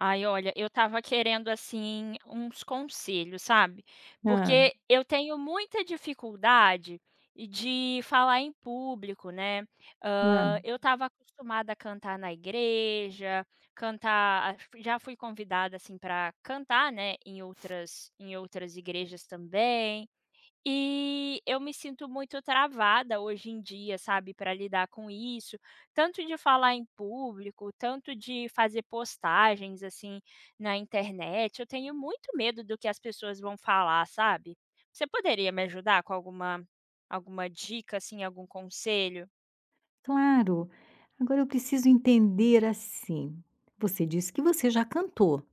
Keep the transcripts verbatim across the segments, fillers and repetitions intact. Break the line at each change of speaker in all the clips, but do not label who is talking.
Ai, olha, eu estava querendo, assim, uns conselhos, sabe?
Hã,
Porque eu tenho muita dificuldade de falar em público, né? Hã,
hã.
eu estava acostumada a cantar na igreja, cantar já fui convidada, assim, para cantar, né, em outras em outras igrejas também. E eu me sinto muito travada hoje em dia, sabe, para lidar com isso, tanto de falar em público, tanto de fazer postagens assim na internet. Eu tenho muito medo do que as pessoas vão falar, sabe? Você poderia me ajudar com alguma alguma dica assim, algum conselho?
Claro. Agora eu preciso entender assim, você disse que você já cantou,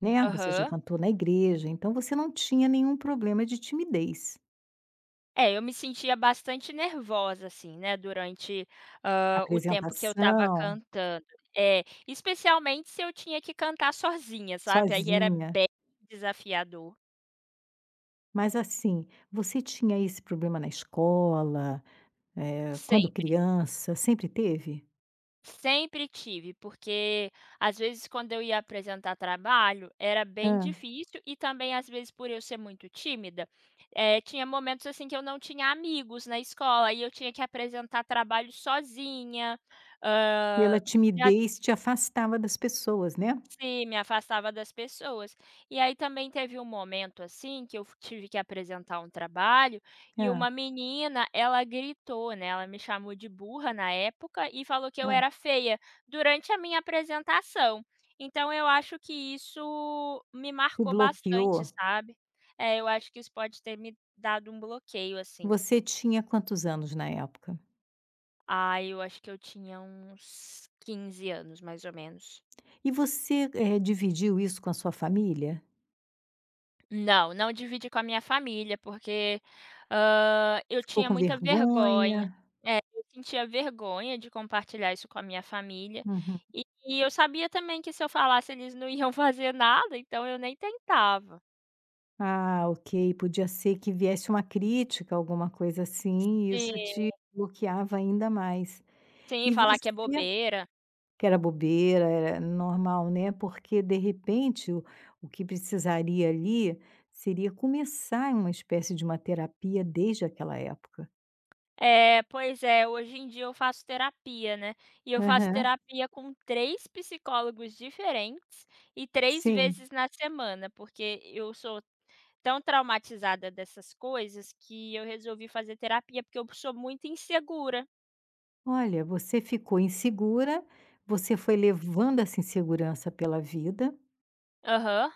né, você já
Aham.
cantou na igreja, então você não tinha nenhum problema de timidez.
É, eu me sentia bastante nervosa, assim, né, durante, hã, o tempo que eu estava
Apresentação,
cantando. É, especialmente se eu tinha que cantar sozinha, sabe, aí era
sozinha.
bem desafiador.
Mas assim, você tinha esse problema na escola, eh, quando
Sempre,
criança, sempre teve?
sempre tive, porque às vezes quando eu ia apresentar trabalho, era bem
Hã.
difícil e também às vezes por eu ser muito tímida, eh, tinha momentos, assim, que eu não tinha amigos na escola e eu tinha que apresentar trabalho sozinha.
Pela
Hã, já
timidez te afastava das pessoas, né.
Sim, me afastava das pessoas. E aí também teve um momento, assim, que eu tive que apresentar um trabalho, e
Hã,
uma menina, ela gritou, né, ela me chamou de burra na época e falou que eu
hã.
era feia, durante a minha apresentação. Então eu acho que isso me
Te
marcou
bloqueou.
bastante, sabe. É, eu acho que isso pode ter me dado um bloqueio, assim.
Você tinha quantos anos na época?
Ah, eu acho que eu tinha uns quinze anos, mais ou menos.
E você, eh, dividiu isso com a sua família?
Não, não dividi com a minha família, porque, hã, eu
Ficou
tinha
com
muita vergonha.
vergonha?
É, eu sentia vergonha de compartilhar isso com a minha família,
Uhum.
e e eu sabia também que se eu falasse eles não iam fazer nada, então eu nem tentava.
Ah, ok, podia ser que viesse uma crítica, alguma coisa assim, e isso
Sim,
te bloqueava ainda mais.
sim,
E
falar
você
que é bobeira.
Que era bobeira, era normal, né, porque de repente o o que precisaria ali seria começar uma espécie de uma terapia desde aquela época.
É, pois é, hoje em dia eu faço terapia, né, e eu faço
Aham,
terapia com três psicólogos diferentes e três
sim.
vezes na semana, porque eu sou tão traumatizada dessas coisas que eu resolvi fazer terapia, porque eu sou muito insegura.
Olha, você ficou insegura, você foi levando essa insegurança pela vida,
Aham.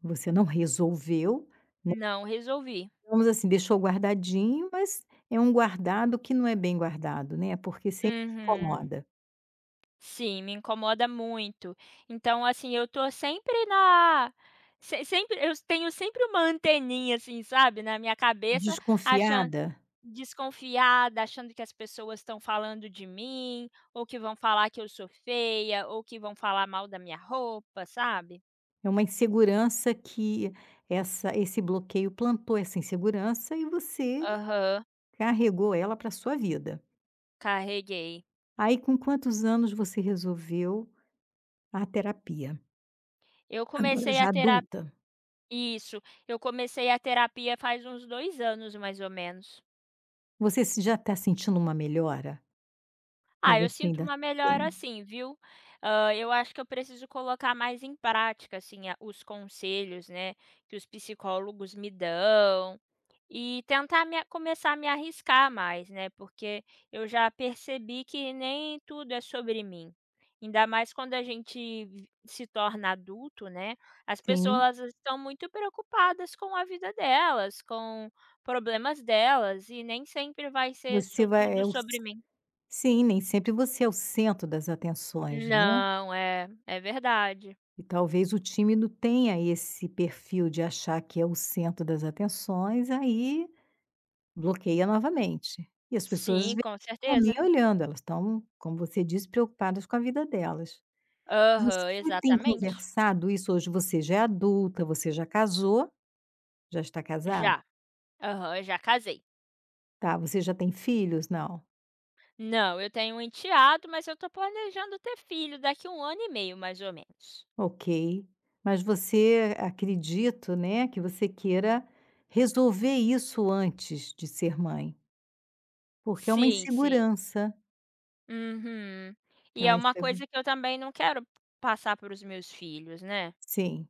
você não resolveu, não
Não resolvi.
digamos assim, deixou guardadinho, mas é um guardado que não é bem guardado, né, porque sempre te
Uhum.
incomoda.
Sim, me incomoda muito. Então, assim, eu tô sempre na se sempre eu tenho sempre uma anteninha, assim, sabe, na minha cabeça, achando
Desconfiada
desconfiada, achando que as pessoas estão falando de mim, ou que vão falar que eu sou feia, ou que vão falar mal da minha roupa, sabe.
é uma insegurança que essa esse bloqueio plantou essa insegurança e você
Aham.
carregou ela para sua vida.
Carreguei.
Aí com quantos anos você resolveu a terapia?
Eu
Agora
comecei a
já
terapia.
adulta.
Isso, eu comecei a terapia faz uns dois anos, mais ou menos.
Você se já está sentindo uma melhora? Ou
Ah, eu
você
sinto
ainda
uma melhora
tem?
sim, viu. Hã, eu acho que eu preciso colocar mais em prática, assim, a os conselhos, né, que os psicólogos me dão. E tentar me a começar a me arriscar mais, né, porque eu já percebi que nem tudo é sobre mim. Ainda mais quando a gente vi se torna adulto, né, as
Sim,
pessoas elas estão muito preocupadas com a vida delas, com problemas delas e nem sempre vai ser
você
so
vai
tudo
é o c
sobre mim.
sim, nem sempre você é o centro das atenções, né,
Não, é, é verdade.
e talvez o tímido tenha esse perfil de achar que é o centro das atenções, aí bloqueia novamente. E as pessoas às
Sim,
vezes
com
não
certeza.
estão nem olhando, elas estão, como você disse, preocupadas com a vida delas.
Aham,
Você tem
exatamente.
conversado isso? Hoje você já é adulta, você já casou, já está casado?
Já. Aham, eu já casei.
Tá, você já tem filhos? Não?
Não, eu tenho um enteado, mas eu estou planejando ter filho daqui a um ano e meio, mais ou menos.
Ok. Mas você, acredito, né, que você queira resolver isso antes de ser mãe, porque é uma
Sim, sim.
insegurança,
Uhum. E
é
é
uma
uma
insegu
coisa que eu também não quero passar para os meus filhos, né.
sim.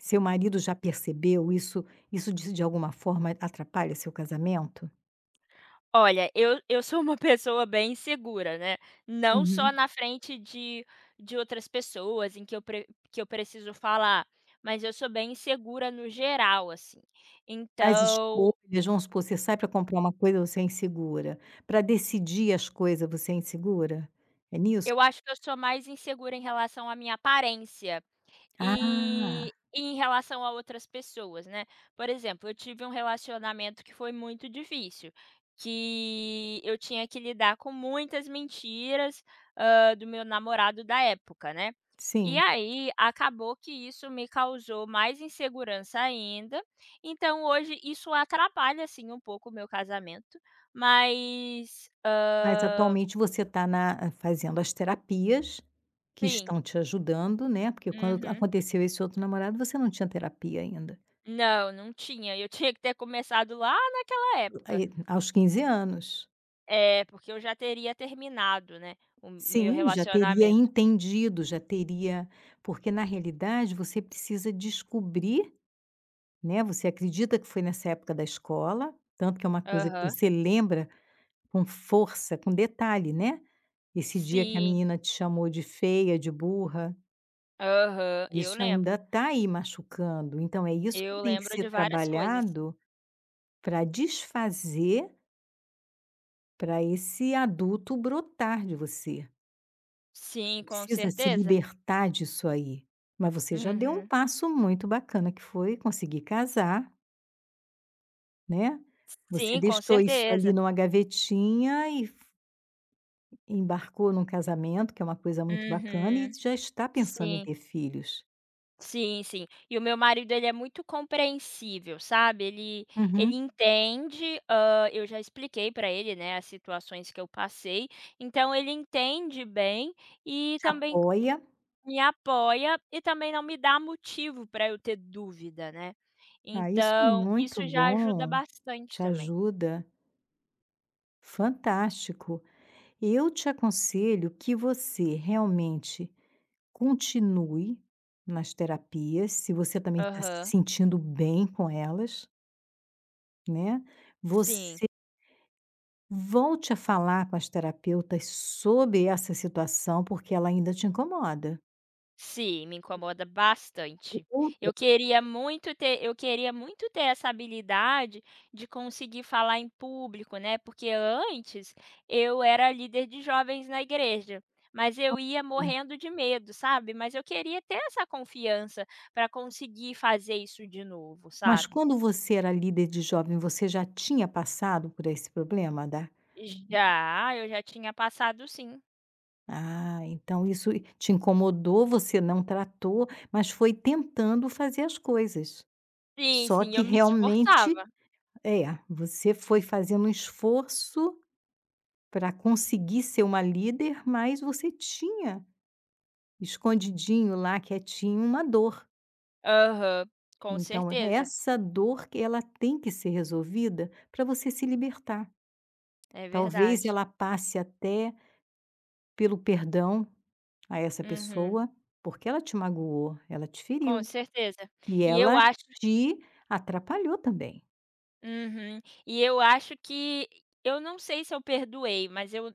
Seu marido já percebeu isso? Isso de de alguma forma atrapalha seu casamento?
Olha, eu eu sou uma pessoa bem insegura, né, não só
Uhum.
na frente de de outras pessoas em que eu pre que eu preciso falar, mas eu sou bem insegura no geral, assim.
Nas
Então,
escolhas, vamos supor, você sai para comprar uma coisa, você é insegura. Para decidir as coisas, você é insegura? É nisso?
eu acho que eu sou mais insegura em relação à minha aparência.
Ah,
E em relação a outras pessoas, né. Por exemplo, eu tive um relacionamento que foi muito difícil, que eu tinha que lidar com muitas mentiras, hã, do meu namorado da época, né. E
sim.
aí, acabou que isso me causou mais insegurança ainda, então hoje isso atrapalha assim um pouco o meu casamento, mas,
Mas
hã,
atualmente você está fazendo as terapias que
sim.
estão te ajudando, né, porque quando
Uhum.
aconteceu esse outro namorado você não tinha terapia ainda.
Não, não tinha, eu tinha que ter começado lá naquela época.
Aí aos quinze anos.
É, porque eu já teria terminado, né, o meu
Sim, já teria
relacionamento.
entendido, já teria porque na realidade você precisa descobrir, né, você acredita que foi nessa época da escola, tanto que é uma coisa que
Aham.
você lembra com força, com detalhe, né, esse dia que a
Sim,
menina te chamou de feia, de burra.
aham, eu
Isso ainda
lembro.
está aí machucando, então é isso
Eu
que tem que
lembro de
ser
várias coisas.
trabalhado para desfazer, para esse adulto brotar de você.
Sim,
Você
com
precisa se
certeza.
libertar disso aí. Mas você já deu um
Uhum.
passo muito bacana que foi conseguir casar, né. Você
Sim, com
deixou isso
certeza.
ali numa gavetinha e f embarcou num casamento, que é uma coisa muito bacana, e
Uhum.
já está pensando em
Sim,
ter filhos.
sim, sim. E o meu marido, ele é muito compreensível, sabe, ele ele
Uhum.
entende, hã, eu já expliquei pra ele, né, as situações que eu passei, então ele entende bem e
Te
também
apoia.
me apoia e também não me dá motivo para eu ter dúvida, né.
Ah, isso é
Então,
muito
isso já ajuda
bom.
bastante
Te
também.
ajuda? Fantástico. Eu te aconselho que você realmente continue nas terapias, se você também está se
Aham.
sentindo bem com elas, né?
Sim,
Você volte a falar com as terapeutas sobre essa situação, porque ela ainda te incomoda.
sim, me incomoda
O
bastante.
outro,
Eu queria muito ter eu queria muito ter essa habilidade de conseguir falar em público, né, porque antes eu era líder de jovens na igreja, mas eu ia
né?
morrendo de medo, sabe. Mas eu queria ter essa confiança para conseguir fazer isso de novo,
Mas
sabe.
quando você era líder de jovem, você já tinha passado por esse problema.
Já, eu já tinha passado sim.
Ah, então isso te incomodou, você não tratou, mas foi tentando fazer as coisas.
Sim,
Só
sim,
que
eu me
realmente
esforçava.
é, você foi fazendo um esforço para conseguir ser uma líder, mas você tinha escondidinho lá, quietinho, uma dor.
Aham, com
Então
certeza,
essa dor que ela tem que ser resolvida para você se libertar.
é
Talvez
verdade.
ela passe até pelo perdão a essa
Uhum,
pessoa, porque ela te magoou, ela te
com
feriu.
certeza.
E
E eu
ela
acho
te atrapalhou também.
Uhum. E eu acho que eu não sei se eu perdoei, mas eu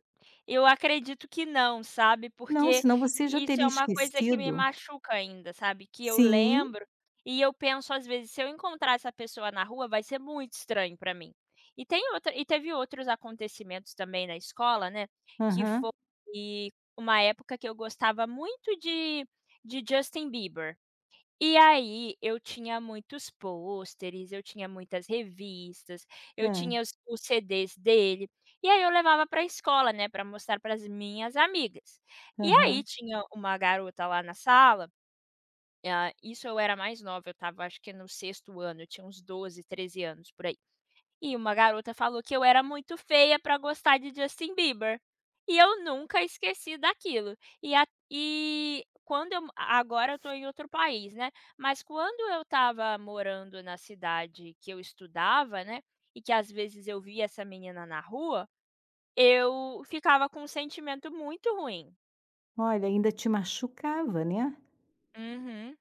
eu acredito que não, sabe,
Não,
porque
senão você já
isso é
teria
uma coisa que me
esquecido.
machuca ainda, sabe, que eu
Sim,
lembro e eu penso às vezes: "Se eu encontrar essa pessoa na rua, vai ser muito estranho para mim". E tem outra e teve outros acontecimentos também na escola, né, que
aham,
foi uma época que eu gostava muito de de Justin Bieber. E aí, eu tinha muitos pôsteres, eu tinha muitas revistas, eu
é,
tinha os os C Ds dele, e aí eu levava para a escola, né, para mostrar para as minhas amigas. E aí
aham.
tinha uma garota lá na sala, hã, isso eu era mais nova, eu estava acho que no sexto ano, eu tinha uns doze treze anos, por aí. E uma garota falou que eu era muito feia para gostar de Justin Bieber. E eu nunca esqueci daquilo. E a e quando eu Agora eu estou em outro país, né, mas quando eu estava morando na cidade que eu estudava, né, e que às vezes eu via essa menina na rua, eu ficava com um sentimento muito ruim.
Olha, ainda te machucava, né.
Uhum.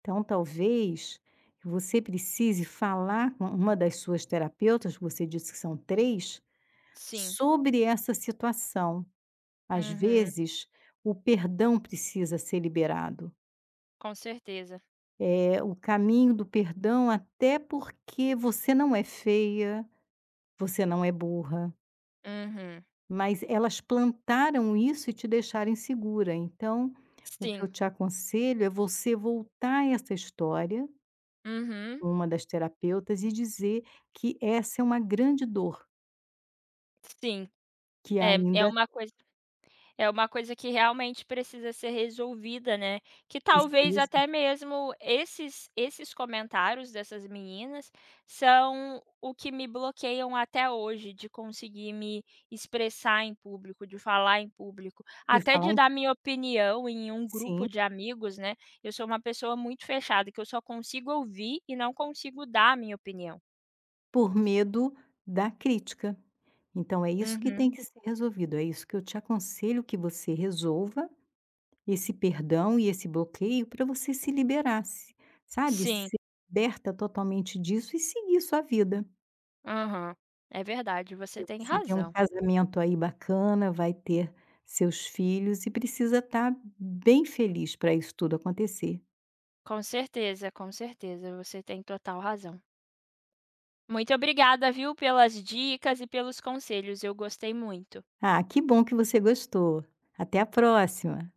Então talvez você precise falar com uma das suas terapeutas, você disse que são três,
Sim.
sobre essa situação. Às
Uhum.
vezes, o perdão precisa ser liberado.
Com certeza.
É o caminho do perdão, até porque você não é feia, você não é burra.
Uhum.
Mas elas plantaram isso e te deixaram insegura, então, o que
Sim.
eu te aconselho é você voltar a essa história,
Uhum.
uma das terapeutas, e dizer que essa é uma grande dor,
Sim.
que
É, é
ainda
uma coisa É uma coisa que realmente precisa ser resolvida, né, que talvez
precisa
até mesmo esses esses comentários dessas meninas são o que me bloqueiam até hoje de conseguir me expressar em público, de falar em público,
de
até
falar
de
em
dar minha opinião em um
sim,
grupo de amigos, né. Eu sou uma pessoa muito fechada que eu só consigo ouvir e não consigo dar a minha opinião.
por medo da crítica. Então é isso que
Uhum.
tem que ser resolvido, é isso que eu te aconselho que você resolva, esse perdão e esse bloqueio para você se liberar, se sabe,
Sim.
se liberta totalmente disso e seguir sua vida.
Aham. É verdade, você
Que
tem
você tem um
razão.
casamento aí bacana, vai ter seus filhos e precisa estar bem feliz para isso tudo acontecer.
Com certeza, com certeza, você tem total razão. Muito obrigada, viu, pelas dicas e pelos conselhos, eu gostei muito.
Ah, que bom que você gostou. Até a próxima.